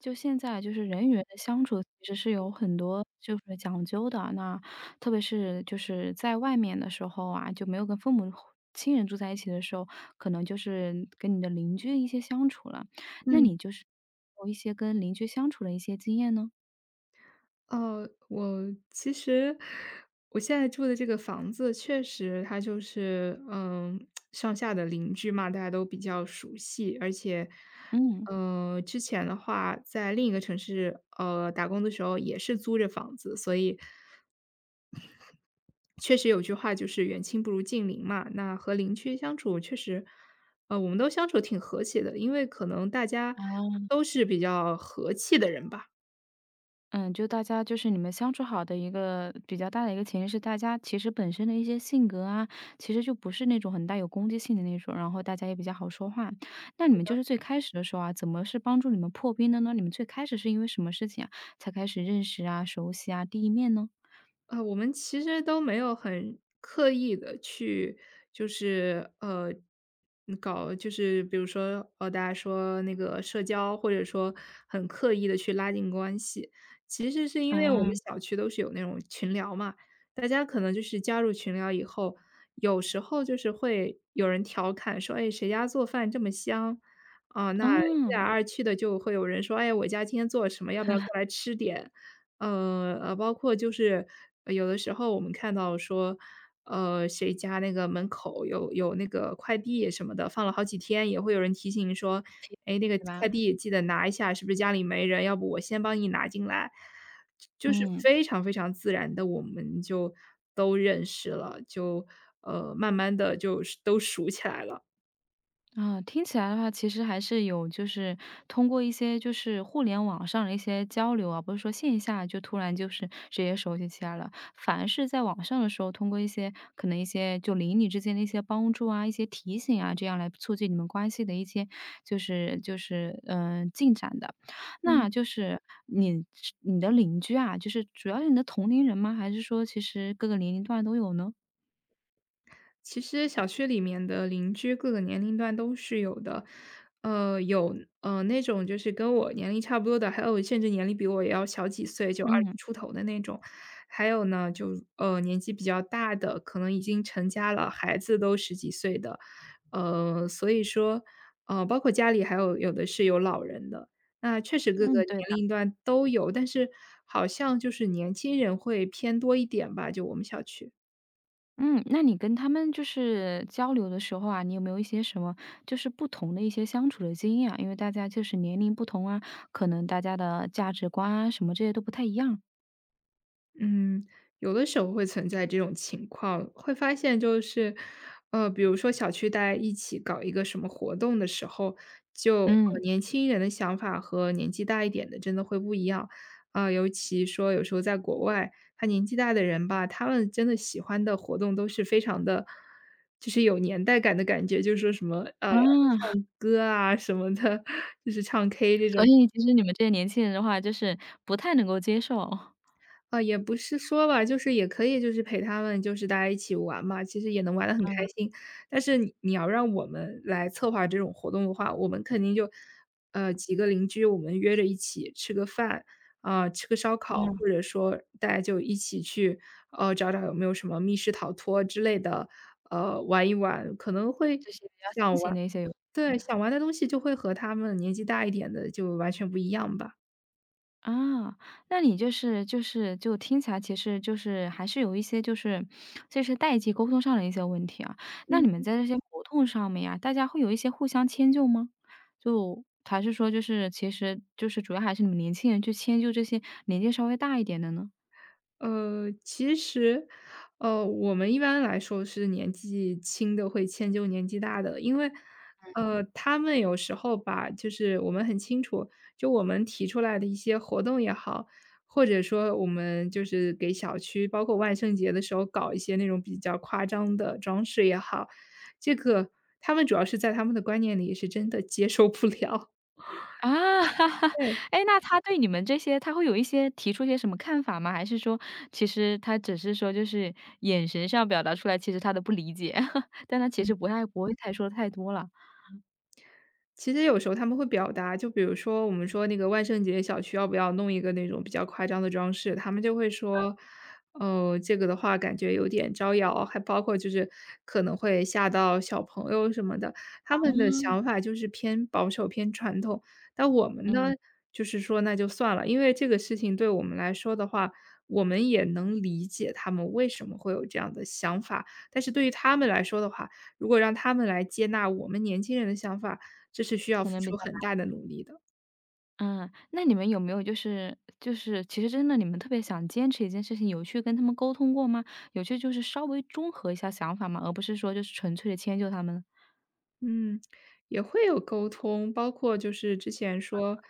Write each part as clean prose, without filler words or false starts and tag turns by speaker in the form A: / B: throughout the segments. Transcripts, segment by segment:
A: 就现在就是人与人的相处，其实是有很多就是讲究的。那特别是就是在外面的时候啊，就没有跟父母、亲人住在一起的时候，可能就是跟你的邻居一些相处了。那
B: 嗯，
A: 你就是有一些跟邻居相处的一些经验呢？
B: 哦，我其实我现在住的这个房子，确实它就是，嗯，上下的邻居嘛，大家都比较熟悉，
A: 嗯。
B: 之前的话在另一个城市，打工的时候也是租着房子，所以确实有句话就是"远亲不如近邻"嘛。那和邻居相处，确实，我们都相处挺和谐的，因为可能大家都是比较和气的人吧。
A: 嗯，就大家就是你们相处好的一个比较大的一个前提是，大家其实本身的一些性格啊，其实就不是那种很带有攻击性的那种，然后大家也比较好说话。那你们就是最开始的时候啊，怎么是帮助你们破冰的呢？你们最开始是因为什么事情啊，才开始认识啊、熟悉啊、第一面呢？
B: 我们其实都没有很刻意的去就是，呃，嗯搞就是比如说，大家说那个社交，或者说很刻意的去拉近关系。其实是因为我们
A: 啊，
B: 小区都是有那种群聊嘛，大家可能就是加入群聊以后，有时候就是会有人调侃说："哎，谁家做饭这么香？"啊，那一来
A: 嗯，
B: 二去的就会有人说："哎，我家今天做了什么，要不要过来吃点？"包括就是有的时候我们看到说，谁家那个门口有那个快递什么的，放了好几天，也会有人提醒说：
A: 其
B: “哎，那个
A: 对
B: 快
A: 吧？
B: 递记得拿一下，是不是家里没人？要不我先帮你拿进来。"就是
A: 嗯。
B: 非常非常自然的，我们就都认识了，就，慢慢的就是都熟起来了。
A: 啊，听起来的话，其实还是有，就是通过一些就是互联网上的一些交流啊，不是说线下就突然就是直接熟悉起来了，反而是在网上的时候，通过一些可能一些就邻里之间的一些帮助啊、一些提醒啊，这样来促进你们关系的一些就是就是进展的。那就是你的邻居啊，就是主要是你的同龄人吗？还是说其实各个年龄段都有呢？
B: 其实小区里面的邻居各个年龄段都是有的，呃，有那种就是跟我年龄差不多的，还有甚至年龄比我也要小几岁，就二十
A: 嗯
B: 出头的那种，还有呢，年纪比较大的，可能已经成家了，孩子都十几岁的，呃，所以说，呃，包括家里还有的是有老人的，那确实各
A: 嗯，
B: 个年
A: 对的。
B: 龄段都有，但是好像就是年轻人会偏多一点吧，就我们小区。
A: 嗯，那你跟他们就是交流的时候啊，你有没有一些什么就是不同的一些相处的经验啊？因为大家就是年龄不同啊，可能大家的价值观啊什么这些都不太一样。
B: 嗯，有的时候会存在这种情况，会发现就是，比如说小区大家一起搞一个什么活动的时候，
A: 嗯，
B: 年轻人的想法和年纪大一点的真的会不一样。啊、尤其说有时候在国外，他年纪大的人吧，他们真的喜欢的活动都是非常的，就是有年代感的感觉，就是说什么
A: 啊，
B: 唱歌啊什么的，就是唱 K 这
A: 所
B: 种。
A: 以其实你们这些年轻人的话，就是不太能够接受。
B: 啊，也不是说吧，就是也可以就是陪他们就是大家一起玩嘛，其实也能玩得很
A: 嗯，
B: 开心。但是你要让我们来策划这种活动的话，我们肯定就，几个邻居我们约着一起吃个饭，啊、吃个烧烤，
A: 嗯，
B: 或者说大家就一起去，找找有没有什么密室逃脱之类的，玩一玩，可能会
A: 这些比较新
B: 想玩，
A: 型的一些游
B: 对，想玩的东西就会和他们年纪大一点的就完全不一样吧。
A: 啊，那你就是就是就听起来其实就是还是有一些就是这是代际沟通上的一些问题啊。那你们在这些活动上面呀，大家会有一些互相迁就吗？就还是说就是其实就是主要还是你们年轻人去迁就这些年纪稍微大一点的呢？
B: 呃，其实，我们一般来说是年纪轻的会迁就年纪大的，因为，他们有时候吧，就是我们很清楚，就我们提出来的一些活动也好，或者说我们就是给小区，包括万圣节的时候搞一些那种比较夸张的装饰也好，这个他们主要是在他们的观念里是真的接受不了。
A: 啊，
B: 对。
A: 哎，那他对你们这些他会有一些提出一些什么看法吗？还是说其实他只是说就是眼神上表达出来，其实他的不理解，但他其实不太不会太说太多了？
B: 其实有时候他们会表达，就比如说我们说那个万圣节小区要不要弄一个那种比较夸张的装饰，他们就会说，这个的话感觉有点招摇，还包括就是可能会吓到小朋友什么的。他们的想法就是偏保守、偏传统，但我们呢，
A: 嗯，
B: 就是说那就算了，因为这个事情对我们来说的话，我们也能理解他们为什么会有这样的想法，但是对于他们来说的话，如果让他们来接纳我们年轻人的想法，这是需要
A: 可
B: 付
A: 能比
B: 出
A: 较
B: 很
A: 难。
B: 大的努力的。
A: 嗯，那你们有没有就是就是其实真的你们特别想坚持一件事情，有去跟他们沟通过吗？有去就是稍微中和一下想法吗？而不是说就是纯粹的迁就他们？
B: 嗯，也会有沟通，包括就是之前说，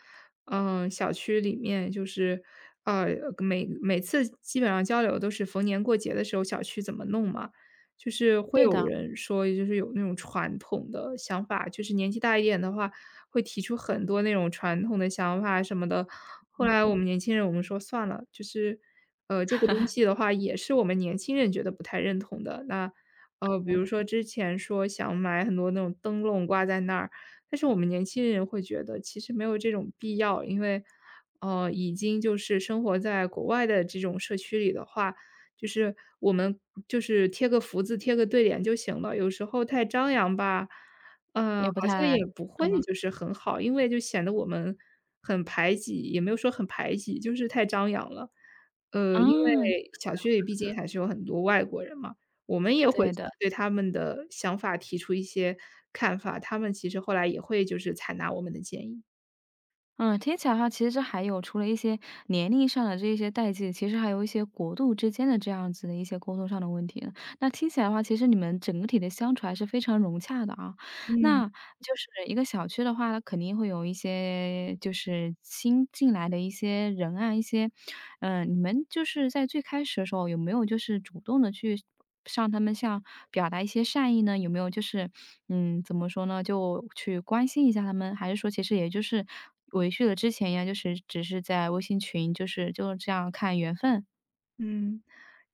B: 嗯，小区里面就是，呃，每次基本上交流都是逢年过节的时候，小区怎么弄嘛，就是会
A: 对
B: 有
A: 的，
B: 人说，就是有那种传统的想法，就是年纪大一点的话，会提出很多那种传统的想法什么的。后来我们年轻人，我们说算了，就是，这个东西的话，也是我们年轻人觉得不太认同的，那比如
A: 嗯
B: 说之前说想买很多那种灯笼挂在那儿，但是我们年轻人会觉得其实没有这种必要，因为，已经就是生活在国外的这种社区里的话，就是我们就是贴个福字、贴个对联就行了。有时候太张扬吧，好
A: 也不
B: 像
A: 太
B: 也不会就是很好，因为就显得我们很排挤，也没有说很排挤，就是太张扬了。
A: 啊，
B: 因为小区里毕竟还是有很多外国人嘛。我们也会
A: 对的。
B: 对他们的想法提出一些看法，他们其实后来也会就是采纳我们的建议。
A: 嗯，听起来的话，其实这还有除了一些年龄上的这一些代际，其实还有一些国度之间的这样子的一些沟通上的问题呢。那听起来的话，其实你们整个体的相处还是非常融洽的啊。
B: 嗯。
A: 那就是一个小区的话，它肯定会有一些就是新进来的一些人啊，一些，嗯，你们就是在最开始的时候有没有就是主动的去向他们像表达一些善意呢？有没有就是，嗯，怎么说呢，就去关心一下他们？还是说其实也就是维续了之前一样，就是只是在微信群，就是就这样看缘分？
B: 嗯，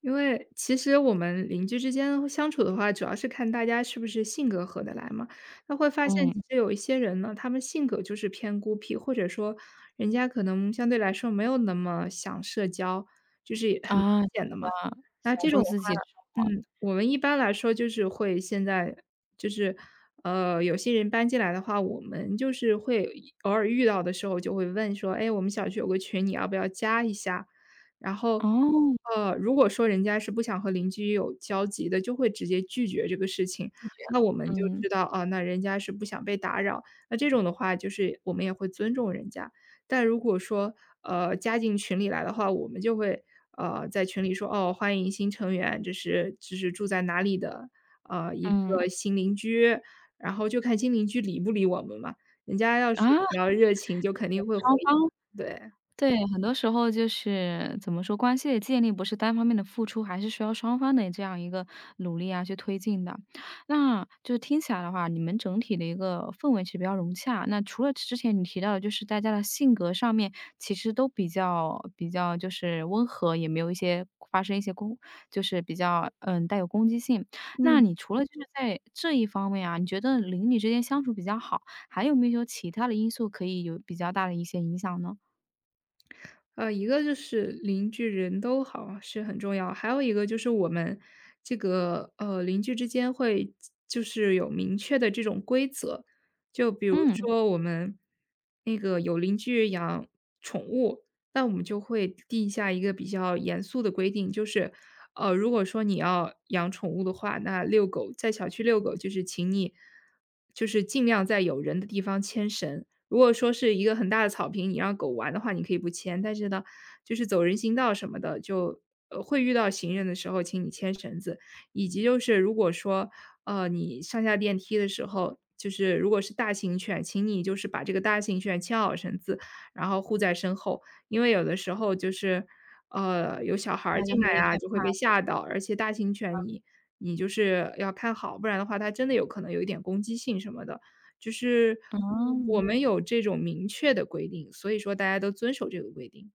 B: 因为其实我们邻居之间相处的话，主要是看大家是不是性格合得来嘛。那会发现其
A: 嗯，
B: 实有一些人呢，他们性格就是偏孤僻，或者说人家可能相对来说没有那么想社交，就是也很明
A: 啊，就
B: 显的
A: 比较
B: 嘛。那
A: 享
B: 这种
A: 受
B: 的话
A: 自己的生活。
B: 嗯，我们一般来说就是会现在就是，有些人搬进来的话，我们就是会偶尔遇到的时候就会问说："哎，我们小区有个群，你要不要加一下？"然后，
A: 哦，
B: 如果说人家是不想和邻居有交集的，就会直接拒绝这个事情。
A: 拒绝了，
B: 那我们就
A: 嗯，
B: 知道，啊，那人家是不想被打扰，那这种的话就是我们也会尊重人家。但如果说，加进群里来的话，我们就会在群里说哦，欢迎新成员，这是住在哪里的，一
A: 嗯，
B: 个新邻居，然后就看新邻居理不理我们嘛。人家要是
A: 啊。
B: 比较热情，就肯定会回
A: 双
B: 应，
A: 方
B: 对。
A: 对，很多时候就是怎么说，关系的建立不是单方面的付出，还是需要双方的这样一个努力啊去推进的。那就是听起来的话，你们整体的一个氛围其实比较融洽。那除了之前你提到的，就是大家的性格上面其实都比较就是温和，也没有一些发生一些攻，就是比较嗯带有攻击性。
B: 嗯
A: 那你除了就是在这一方面啊，你觉得邻里之间相处比较好，还有没有其他的因素可以有比较大的一些影响呢？
B: 一个就是邻居人都好是很重要，还有一个就是我们这个邻居之间会就是有明确的这种规则，就比如
A: 嗯。
B: 说我们那个有邻居养宠物，那我们就会定下一个比较严肃的规定，就是如果说你要养宠物的话，那遛狗在小区遛狗就是请你就是尽量在有人的地方牵绳，如果说是一个很大的草坪，你让狗玩的话，你可以不牵，但是呢，就是走人行道什么的，会遇到行人的时候，请你牵绳子，以及就是如果说你上下电梯的时候。就是如果是大型犬，请你就是把这个大型犬牵好绳子，然后护在身后，因为有的时候就是，有小孩儿
A: 大家
B: 进来
A: 会
B: 啊，
A: 害
B: 就会
A: 怕，
B: 被吓到，而且大型犬你就是要看好，不然的话它真的有可能有一点攻击性什么的。就是我
A: 嗯。
B: 们有这种明确的规定，所以说大家都遵守这个规定。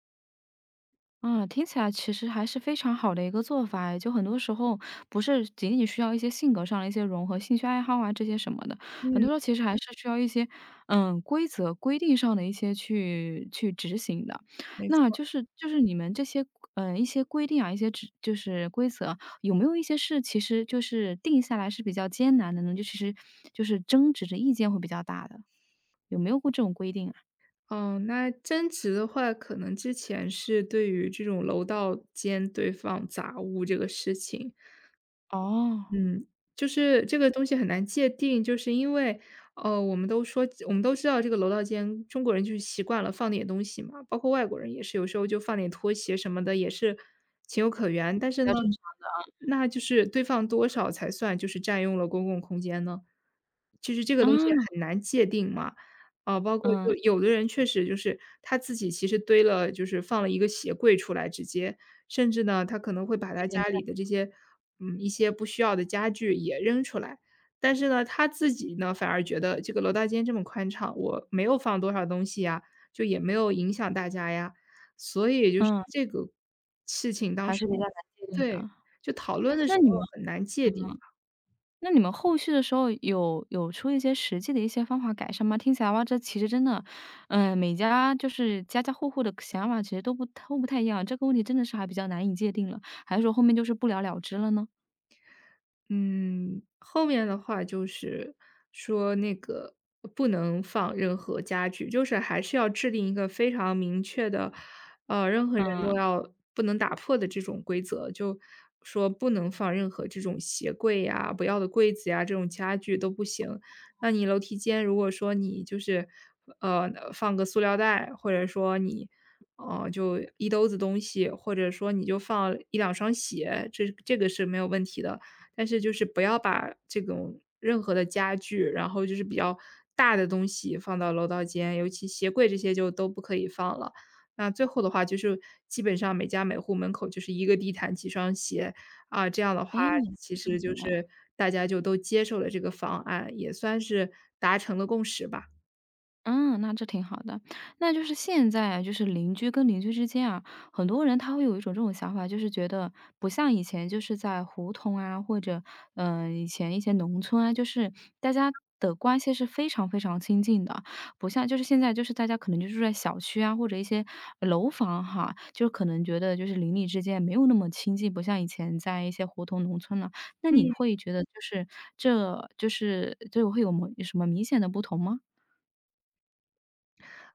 A: 哦，啊，听起来其实还是非常好的一个做法诶就很多时候不是仅仅需要一些性格上的一些融合，兴趣爱好啊这些什么的，很
B: 嗯，
A: 多时候其实还是需要一些，嗯，规则规定上的一些去执行的。
B: 没
A: 那
B: 错。
A: 就是就是你们这些，嗯一些规定啊，一些指就是规则，有没有一些是其实就是定下来是比较艰难的呢？就其实就是争执的意见会比较大的，有没有过这种规定啊？
B: 哦，那争执的话，可能之前是对于这种楼道间堆放杂物这个事情。
A: 哦。
B: 嗯，就是这个东西很难界定，就是因为，我们都说我们都知道这个楼道间，中国人就是习惯了放点东西嘛，包括外国人也是，有时候就放点拖鞋什么的，也是情有可原。但
A: 比
B: 是呢，
A: 较正常。
B: 那就是堆放多少才算就是占用了公共空间呢？就是这个
A: 啊。
B: 东西很难界定嘛。啊，包括
A: 嗯，
B: 就有的人确实就是他自己其实堆了就是放了一个鞋柜出来直接，甚至呢，他可能会把
A: 有
B: 他
A: 点
B: 家
A: 占
B: 里的这些，嗯，一些不需要的家具也扔出来。但是呢，他自己呢，反而觉得这个楼道间这么宽敞，我没有放多少东西呀，就也没有影响大家呀。所以就是
A: 嗯，
B: 这个事情当
A: 还是
B: 时
A: 比较
B: 我，
A: 难界定的
B: 对，
A: 啊。
B: 就讨论的时
A: 那你们
B: 候很难界定。
A: 那你们后续的时候有出一些实际的一些方法改善吗？听起来哇，这其实真的，嗯，每家就是家家户户的想法其实都不都不太一样，这个问题真的是还比较难以界定了，还是说后面就是不了了之了呢？
B: 嗯，后面的话就是说那个不能放任何家具，就是还是要制定一个非常明确的，任何人都
A: 嗯，
B: 要不能打破的这种规则，就说不能放任何这种鞋柜呀、不要的柜子呀、这种家具都不行。那你楼梯间如果说你就是，放个塑料袋，或者说你，就一兜子东西，或者说你就放一两双鞋，这个是没有问题的。但是就是不要把这种任何的家具，然后就是比较大的东西放到楼道间，尤其鞋柜这些就都不可以放了。那最后的话就是基本上每家每户门口就是一个地毯，几双鞋，啊，这样的
A: 哎，
B: 话其
A: 非常
B: 实就
A: 好哎。
B: 是大家就都接受了这个方案，也算是达成了共识吧。
A: 嗯，那这挺好的。那就是现在就是邻居跟邻居之间啊，很多人他会有一种这种想法，就是觉得不像以前就是在胡同啊，或者，以前一些农村啊，就是大家的关系是非常非常亲近的。不像就是现在就是大家可能就住在小区啊，或者一些楼房哈，就可能觉得就是邻里之间没有那么亲近，不像以前在一些胡同农村了。那你会觉得就是这就是就会有么什么明显的不同吗？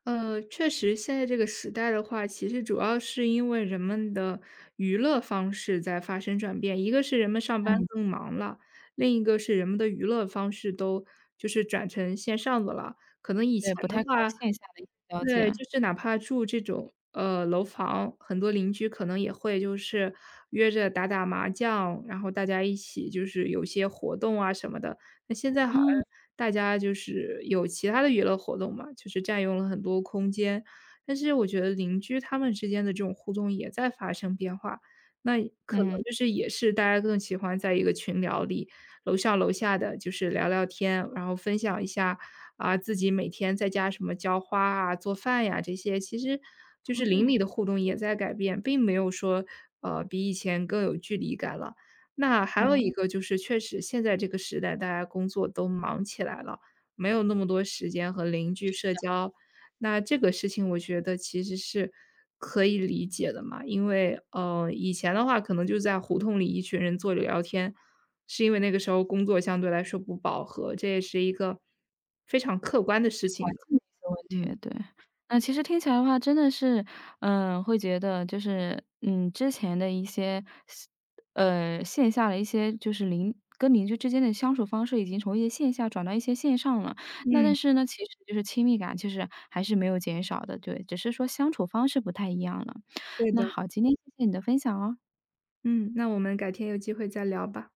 B: 确实，现在这个时代的话，其实主要是因为人们的娱乐方式在发生转变。一个是人们上班更忙了，另一个是人们的娱乐方式都就是转成线上的了。可能以
A: 对，
B: 前
A: 不
B: 的
A: 太靠
B: 话，
A: 线下的一些交际。
B: 对，就是哪怕住这种，楼房，很多邻居可能也会就是约着打打麻将，然后大家一起就是有些活动啊什么的。那现在好像
A: 嗯，
B: 大家就是有其他的娱乐活动嘛，就是占用了很多空间。但是我觉得邻居他们之间的这种互动也在发生变化，那可能
A: 嗯，
B: 就是也是大家更喜欢在一个群聊里，楼上楼下的就是聊聊天，然后分享一下啊自己每天在家什么浇花啊、做饭呀这些，其实就是邻里的互动也在改变，并没有说比以前更有距离感了。那还有一
A: 嗯，
B: 个就是，确实现在这个时代，大家工作都忙起来了，没有那么多时间和邻居社交。那这个事情，我觉得其实是可以理解的嘛，因为以前的话可能就在胡同里一群人坐着聊天，是因为那个时候工作相对来说不饱和，这也是一个非常客观的事
A: 环
B: 情吧。
A: 境的一些问
B: 嗯，
A: 题，对。那其实听起来的话真的是，嗯，会觉得就是，嗯，之前的一些线下的一些就是邻跟邻居之间的相处方式已经从一些线下转到一些线上了。那但
B: 嗯，
A: 是呢，其实就是亲密感其实还是没有减少的，对，只是说相处方式不太一样了。
B: 对
A: 那
B: 的，
A: 好，今天谢谢你的分享哦。
B: 嗯，那我们改天有机会再聊吧。